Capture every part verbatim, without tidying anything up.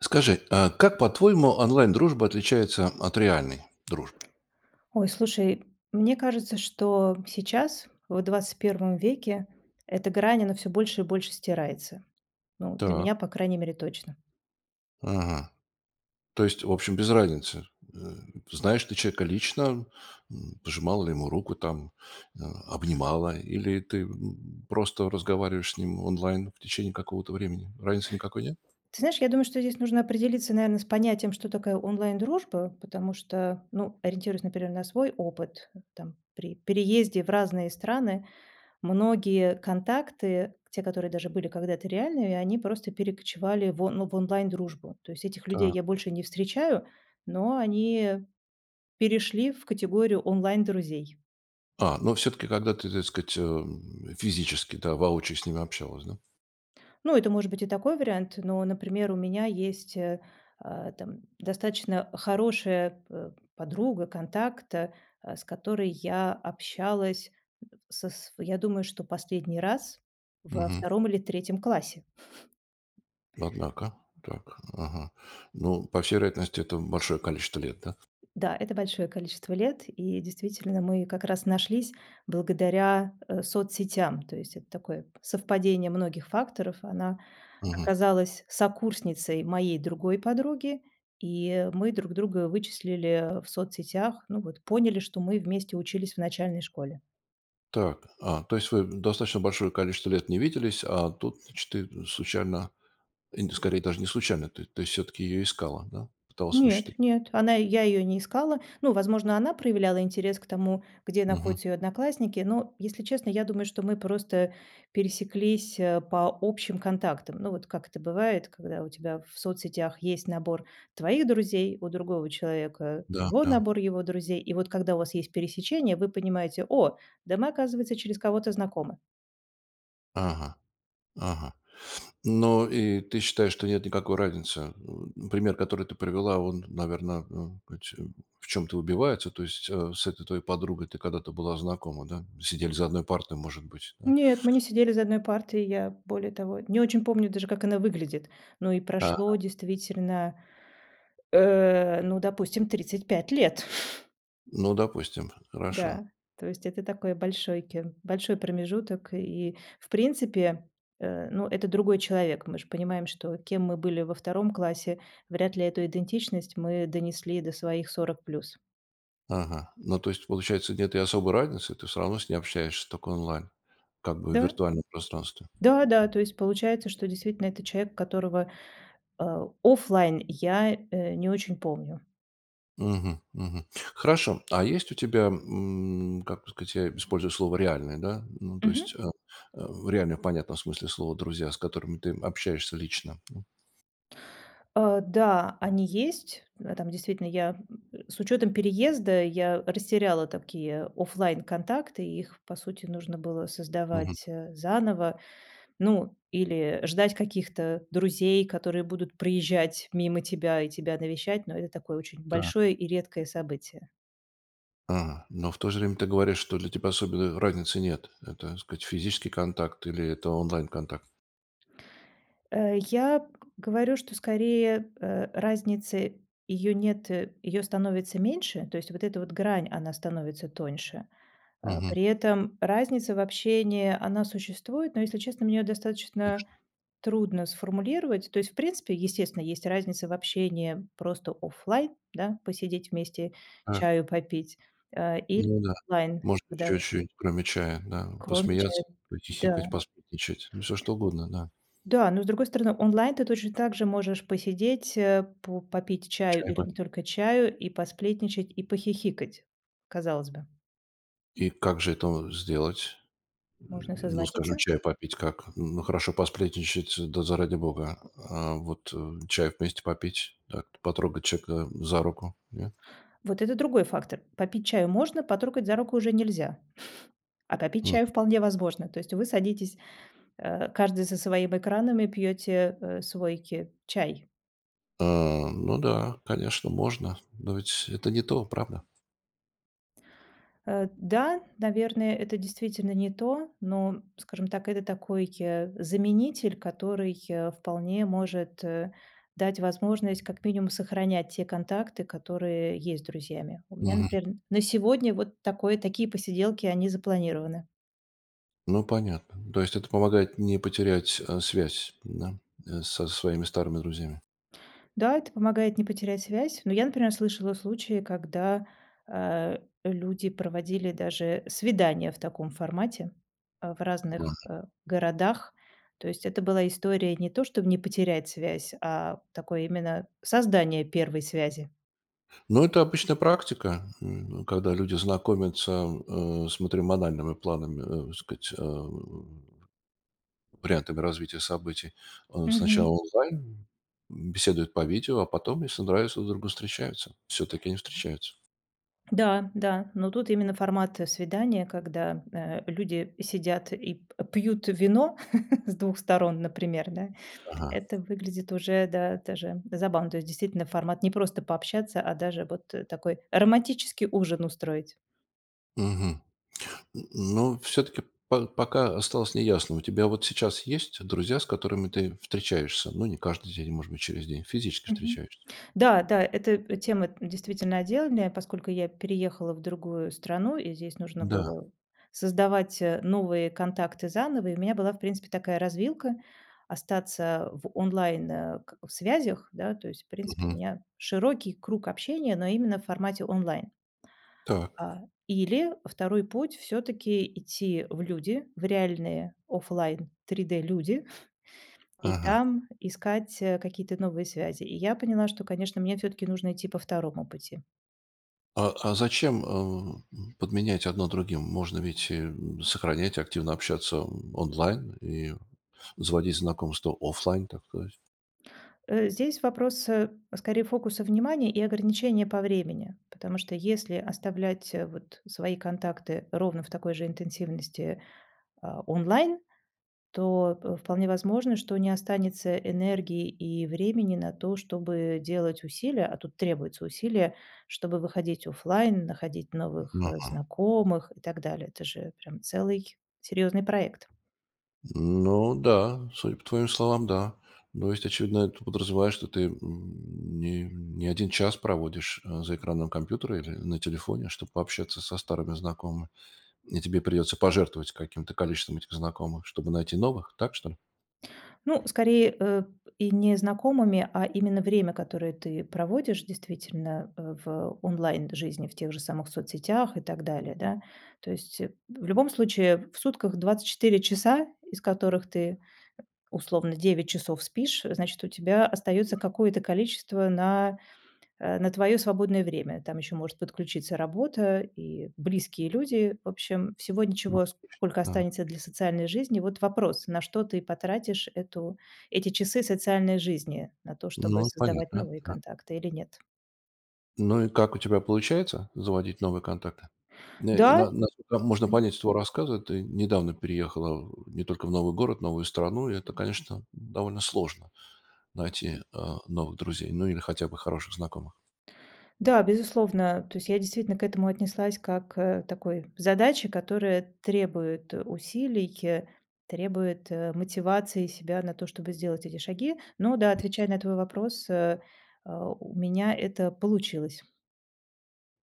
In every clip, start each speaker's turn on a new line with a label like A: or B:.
A: Скажи, а как, по-твоему, онлайн-дружба отличается от реальной дружбы?
B: Ой, слушай, мне кажется, что сейчас, в двадцать первом веке, эта грань, она все больше и больше стирается. Ну, для
A: Так.
B: меня, по крайней мере, точно.
A: Ага. То есть, в общем, без разницы. Э, Знаешь ты человека лично, м, пожимала ли ему руку там, э, обнимала, или ты м, просто разговариваешь с ним онлайн в течение какого-то времени? Разницы никакой нет?
B: Ты знаешь, я думаю, что здесь нужно определиться, наверное, с понятием, что такое онлайн-дружба, потому что, ну, ориентируясь, например, на свой опыт, там, при переезде в разные страны, многие контакты, те, которые даже были когда-то реальными, они просто перекочевали в, он- ну, в онлайн-дружбу. То есть этих людей
A: Так.
B: я больше не встречаю, но они перешли в категорию онлайн-друзей.
A: А, но все-таки, когда ты, так сказать, эм, физически, да, воочию с ними общалась, да?
B: Ну, это может быть и такой вариант, но, например, у меня есть, э, а, там достаточно хорошая, э, подруга, контакт, э, а, с которой я общалась э, со св я думаю, что последний раз во
A: Мгм.
B: втором или третьем классе.
A: Однако, так, ага. Ну, по всей вероятности, это большое количество лет, да?
B: Да, это большое количество лет, и действительно мы как раз нашлись благодаря, э, соцсетям. То есть это такое совпадение многих факторов. Она
A: Мгм.
B: оказалась сокурсницей моей другой подруги, и мы друг друга вычислили в соцсетях. Ну вот поняли, что мы вместе учились в начальной школе.
A: Так, а, то есть вы достаточно большое количество лет не виделись, а тут, значит, ты случайно, и не- скорее даже не случайно, ты, то есть все-таки ее искала, да? Пыталась
B: Нет,
A: высчитать.
B: нет, она я ее не искала. Ну, возможно, она проявляла интерес к тому, где
A: Мгм.
B: находятся ее одноклассники, но, если честно, я думаю, что мы просто пересеклись, э, по общим контактам. Ну, вот как это бывает, когда у тебя в соцсетях есть набор твоих друзей, у другого человека
A: Да,
B: его
A: да.
B: набор его друзей, и вот когда у вас есть пересечение, вы понимаете: "О, да мы, оказывается, через кого-то знакомы".
A: Ага, ага. Ну, и ты считаешь, что нет никакой разницы? М, Пример, который ты привела, он, наверное, в чем-то убивается. То есть э, с этой твоей подругой ты когда-то была знакома, да? Сидели за одной партой, может быть, да?
B: Нет, мы не сидели за одной партой, я, более того, не очень помню даже, как она выглядит. Ну и
A: А,
B: прошло действительно Э, ну, допустим, тридцать пять лет.
A: ну, допустим, хорошо.
B: Да, то есть это такой большой большойки большой промежуток. И, в принципе, э, ну, это другой человек. Мы же понимаем, что кем мы были во втором классе, вряд ли эту идентичность мы донесли до своих сорок плюс.
A: Ага. Ну, то есть, получается, нет и особой разницы, ты все равно с ней общаешься, только онлайн, как бы в
B: Да,
A: виртуальном пространстве.
B: да-да, то есть получается, что действительно это человек, которого, э, офлайн я, э, не очень помню.
A: Мгм, мгм. Хорошо. А есть у тебя, м, как бы сказать, я использую слово «реальные», да, ну, то есть, э, э, реальные в понятном смысле слова друзья, с которыми ты общаешься лично? М.
B: Э, да, они есть. Э, там действительно я, м, с учетом переезда я растеряла такие оффлайн контакты, и их, по сути, нужно было
A: Мгм.
B: создавать, э, заново. Ну, или ждать каких-то друзей, которые будут проезжать мимо тебя и тебя навещать, но это такое очень
A: Так.
B: большое и редкое событие.
A: Ага. Но в то же время ты говоришь, что для тебя особенной разницы нет. Это, так сказать, физический контакт или это онлайн-контакт?
B: Э, я говорю, что скорее, э, разницы ее нет, ее становится меньше, то есть вот эта вот грань, она становится тоньше. А,
A: Мгм.
B: при этом разница в общении, она существует, но, если честно, мне её достаточно
A: Конечно.
B: трудно сформулировать. То есть, в принципе, естественно, есть разница в общении просто оффлайн, да, посидеть вместе, чаю попить, э, или
A: Ну да.
B: онлайн,
A: Можно
B: когда
A: еще
B: вы
A: чё-нибудь, кроме чая, да.
B: кроме чая.
A: Посмеяться,
B: Да,
A: похихикать, посплетничать. Ну, всё что угодно, да.
B: да, но, с другой стороны, онлайн ты точно так же можешь посидеть, э, по попить чаю
A: Чай
B: или
A: попить.
B: не только чаю, и посплетничать, и похихикать. Казалось бы,
A: И как же это сделать? М,
B: можно
A: ну, скажем,
B: созвониться.
A: чай попить как? Ну, хорошо, посплетничать, э, да заради бога. А вот, э, чай вместе попить, так, потрогать человека за руку, нет?
B: Вот это другой фактор. Попить чаю можно, потрогать за руку уже нельзя. А попить чаю
A: Мгм.
B: вполне возможно. То есть вы садитесь, э, каждый со своим экраном и пьете э, свой ки- чай.
A: А, ну да, конечно, можно, но ведь это не то, правда?
B: Э, Да, наверное, это действительно не то, но, скажем так, это такой э, заменитель, который э, вполне может э, дать возможность как минимум сохранять те контакты, которые есть с друзьями. У меня,
A: Мгм.
B: например, на сегодня вот такое, такие посиделки, они запланированы.
A: Ну, понятно. То есть это помогает не потерять, э, связь, да, э, со своими старыми друзьями.
B: Да, это помогает не потерять связь. Но я, например, слышала случаи, когда, э, люди проводили даже свидания в таком формате, э, в разных, э, городах. То есть это была история не то, чтобы не потерять связь, а такое именно создание первой связи.
A: Ну, это обычная практика, м, когда люди знакомятся, э, с матримональными планами, э, так сказать, э, вариантами развития событий. Э,
B: Мгм.
A: сначала онлайн, беседуют по видео, а потом, если нравится друг другу, встречаются. Все-таки они встречаются.
B: Да, да, но тут именно формат, э, свидания, когда, э, люди сидят и п пьют вино с двух сторон, например, да.
A: Ага.
B: Это выглядит уже, да, даже забавно. То есть действительно формат не просто пообщаться, а даже вот э, такой романтический ужин устроить.
A: Мгм. Ну, все-таки пока осталось неясным. У тебя вот сейчас есть друзья, с которыми ты встречаешься? Ну, не каждый день, может быть, через день. Физически
B: Мгм.
A: встречаешься?
B: Да, да, эта тема действительно отдельная, поскольку я переехала в другую страну, и здесь нужно
A: Да.
B: было создавать э, новые контакты заново. И у меня была, в принципе, такая развилка остаться в онлайн э, к- в связях, да, то есть, в принципе, у
A: Мгм.
B: меня широкий круг общения, но именно в формате онлайн.
A: Так.
B: А, или второй путь все-таки идти в люди, в реальные оффлайн три дэ люди и
A: Ага.
B: там искать, э, какие-то новые связи. И я поняла, что, конечно, мне все-таки нужно идти по второму пути.
A: А, а зачем, э, подменять одно другим? Можно ведь, э, сохранять, активно общаться онлайн и заводить знакомства оффлайн, так сказать.
B: Э, здесь вопрос, э, скорее фокуса внимания и ограничения по времени, потому что если оставлять, э, вот свои контакты ровно в такой же интенсивности, а, онлайн, то, э, вполне возможно, что не останется энергии и времени на то, чтобы делать усилия, а тут требуется усилие, чтобы выходить оффлайн, находить новых,
A: Мгм.
B: э, знакомых и так далее. Это же прям целый серьезный проект.
A: Ну да, судя по твоим словам, да. То есть, очевидно, это подразумевает, что ты, м, не не один час проводишь, э, за экраном компьютера или на телефоне, чтобы пообщаться со старыми знакомыми. И тебе придется пожертвовать каким-то количеством этих знакомых, чтобы найти новых, так что ли?
B: Ну, скорее, э, и не знакомыми, а именно время, которое ты проводишь действительно, э, в онлайн-жизни, в тех же самых соцсетях и так далее, да. То есть, э, в любом случае в сутках двадцать четыре часа, из которых ты условно девять часов спишь, значит, у тебя остается какое-то количество на, э, на твое свободное время. Там еще может подключиться работа и близкие люди. В общем, всего
A: Ну.
B: ничего, сколько
A: Да.
B: останется для социальной жизни. Вот вопрос, на что ты потратишь эту, эти часы социальной жизни? На то, чтобы
A: Ну,
B: создавать
A: понятно,
B: новые
A: да.
B: контакты или нет?
A: Ну и как у тебя получается заводить новые контакты? Э,
B: Да.
A: на насколько можно понять из твоего рассказа, ты недавно переехала в не только в новый город, новую страну, и это, конечно, довольно сложно найти, а, новых друзей, ну или хотя бы хороших знакомых.
B: Да, безусловно. То есть я действительно к этому отнеслась как, э, такой задаче, которая требует э, усилий, э, требует, э, мотивации себя на то, чтобы сделать эти шаги. Но да, отвечая на твой вопрос, э, а, у меня это получилось.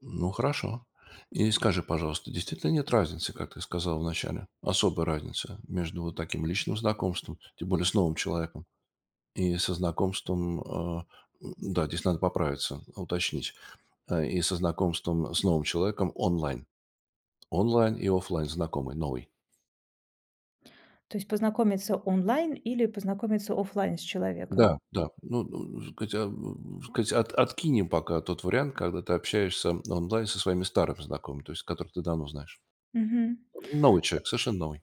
A: Ну, хорошо. И скажи, пожалуйста, действительно нет разницы, как ты сказал вначале, особой разницы между вот таким личным знакомством, тем более с новым человеком, и со знакомством, а, м, да, здесь надо поправиться, уточнить, э, и со знакомством с новым человеком онлайн. Онлайн и оффлайн знакомый, новый.
B: То есть познакомиться онлайн или познакомиться оффлайн с человеком.
A: Да, да. Ну, ну, так сказать, а, м, так сказать, от- откинем пока тот вариант, когда ты общаешься онлайн со своими старыми знакомыми, то есть которых ты давно знаешь.
B: Мгм.
A: Новый человек, совершенно новый.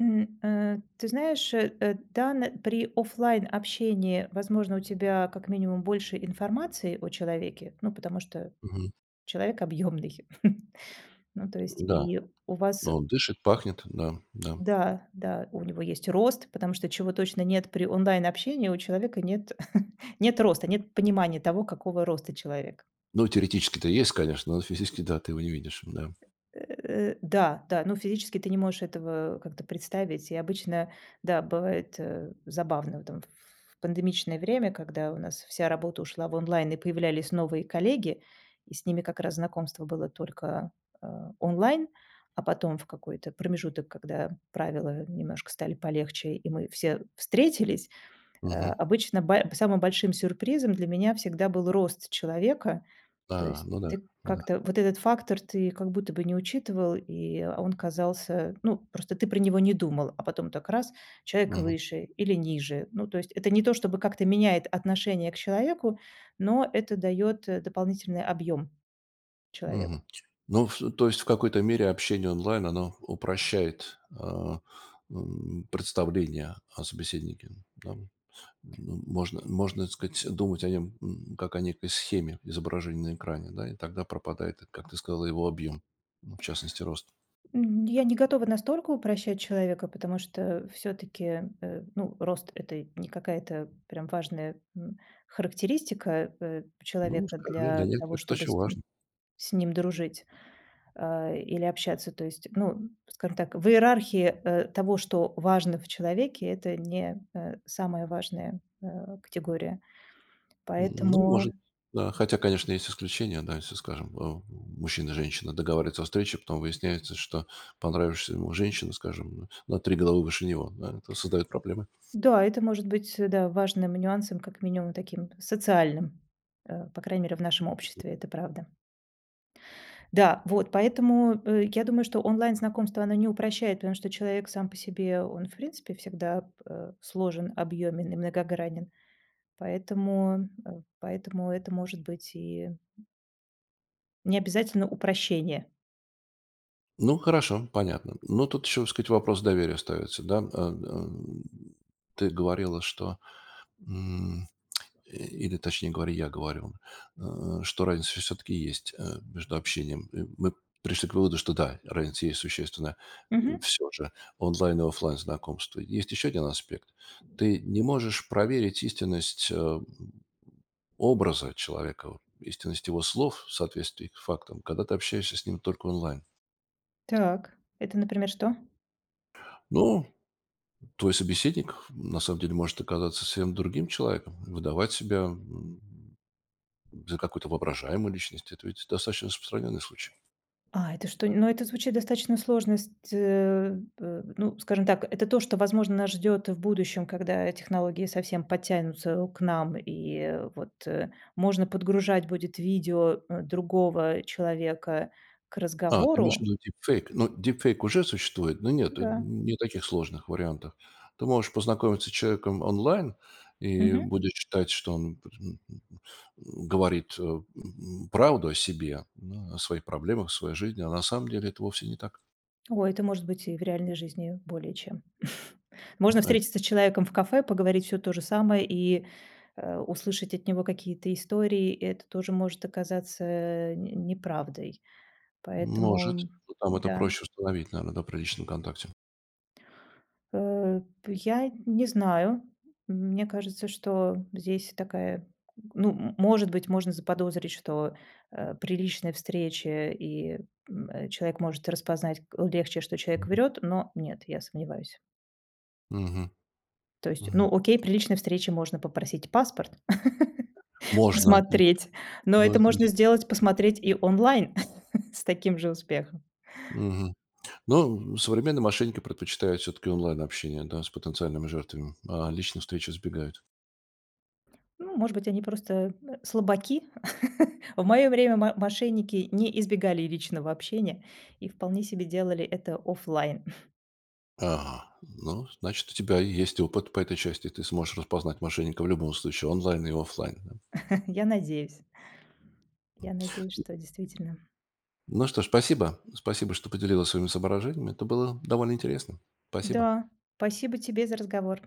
B: М, э, ты знаешь, э, э, да, на при оффлайн общении, возможно, у тебя как минимум больше информации о человеке, ну, потому что
A: Мгм.
B: человек объемный. Ну, то есть
A: Да.
B: и у вас
A: Ну он дышит, пахнет, да, да.
B: да, да, у него есть рост, потому что чего точно нет при онлайн-общении, у человека нет нет роста, нет понимания того, какого роста человек.
A: Ну, теоретически-то есть, конечно, но физически, да, ты его не видишь, да.
B: Э, да, да, ну, физически ты не можешь этого как-то представить. И обычно, да, бывает, э, забавно, вот там в пандемичное время, когда у нас вся работа ушла в онлайн и появлялись новые коллеги, и с ними как раз знакомство было только, э, онлайн, а потом в какой-то промежуток, когда правила немножко стали полегче, и мы все встретились. Э,
A: Мгм.
B: обычно ба самым большим сюрпризом для меня всегда был рост человека. То
A: А,
B: есть
A: ну да,
B: ты
A: ну да.
B: как-то вот этот фактор ты как будто бы не учитывал, и а, он казался ну, просто ты про него не думал, а потом так раз- человек
A: Мгм.
B: выше или ниже. Ну, то есть это не то, чтобы как-то меняет отношение к человеку, но это дает э, дополнительный объем человеку.
A: Мгм. Ну, в то есть в какой-то мере общение онлайн, оно упрощает, а, м, представление о собеседнике, да. М, можно можно, так сказать, думать о нем, м, как о некой схеме изображения на экране, да, и тогда пропадает, как ты сказала, его объем, ну, в частности, рост.
B: М, я не готова настолько упрощать человека, потому что все таки ну, рост- это не какая-то прям важная, м, характеристика, э,
A: Ну,
B: человека
A: скажи, для
B: для того,
A: некоторых это
B: чтобы
A: очень
B: с ним
A: важно.
B: с ним дружить, а, или общаться. То есть, ну, скажем так, в иерархии, э, того, что важно в человеке, это не, э, самая важная, э, категория.
A: Ну,
B: Поэтому,
A: может. Да, хотя, конечно, есть исключения, да, если, скажем, э, мужчина и женщина договариваются о встрече, потом выясняется, что понравившаяся ему женщина, скажем, на три головы выше него, да, это создает проблемы.
B: да, это может быть, э, да, важным нюансом, как минимум таким социальным, э, по крайней мере, в нашем обществе, это правда. Да, вот, поэтому, э, я думаю, что онлайн-знакомство, оно не упрощает, потому что человек сам по себе, он, в принципе, всегда, э, сложен, объемен, и многогранен. Поэтому, э, поэтому это может быть и не обязательно упрощение.
A: Ну, хорошо, понятно. Но тут еще, так сказать, вопрос доверия остается, да. Э, э, ты говорила, что, э, или, точнее говоря, я говорил, э, что разница все-таки есть, э, между общением. И мы пришли к выводу, что да, разница есть существенная.
B: Мгм.
A: Все же онлайн и оффлайн знакомство. Есть еще один аспект. Ты не можешь проверить истинность, э, образа человека, вот истинность его слов в соответствии к фактам, когда ты общаешься с ним только онлайн.
B: Так, это, например, что?
A: Ну, твой собеседник на самом деле может оказаться совсем другим человеком, выдавать себя м, За какую-то воображаемую личность. Это ведь достаточно распространенный случай.
B: А, это что? Но это звучит достаточно сложно. С э, э, ну, скажем так, это то, что, возможно, нас ждет в будущем, когда технологии совсем подтянутся к нам, и, э, вот, э, можно подгружать будет видео, э, другого человека к
A: А, ты имеешь в
B: разговору.
A: виду дипфейк. Ну, дипфейк уже существует, но нет, э,
B: Да.
A: не таких сложных вариантов. Ты можешь познакомиться с человеком онлайн и
B: Мгм.
A: будешь считать, что он м, говорит, э, м, правду о себе, ну, о своих проблемах, о своей жизни, а на самом деле это вовсе не так.
B: Ой, это может быть и в реальной жизни более чем. Можно
A: Э,
B: встретиться с человеком в кафе, поговорить все то же самое и, э, услышать от него какие-то истории. и это тоже может оказаться, э, неправдой.
A: Может,
B: Поэтому,
A: но там это
B: да,
A: проще установить, наверное, да, при личном контакте.
B: э, я не знаю. Мне кажется, что здесь такая ну, м может быть, можно заподозрить, что, э, при личной встрече и, м, э, человек может распознать к легче, что человек врет, но нет, я сомневаюсь.
A: Мгм.
B: То есть,
A: Мгм.
B: ну, окей, при личной встрече можно попросить паспорт,
A: Можно. да,
B: посмотреть, но
A: да,
B: это можно
A: да.
B: сделать, посмотреть и онлайн с таким же успехом.
A: Мгм. Но современные мошенники предпочитают все-таки онлайн-общение, да, с потенциальными жертвами, а личные встречи избегают.
B: Ну, может быть, они просто, э, слабаки. В моё время мо мошенники не избегали личного общения и вполне себе делали это оффлайн.
A: Ага, ну, значит, у тебя есть опыт по этой части, ты сможешь распознать мошенника в любом случае, онлайн и оффлайн. да.
B: Я надеюсь я надеюсь, что действительно.
A: Ну что ж, спасибо. Спасибо, что поделилась своими соображениями. Это было довольно интересно. Спасибо.
B: Да, спасибо тебе за разговор.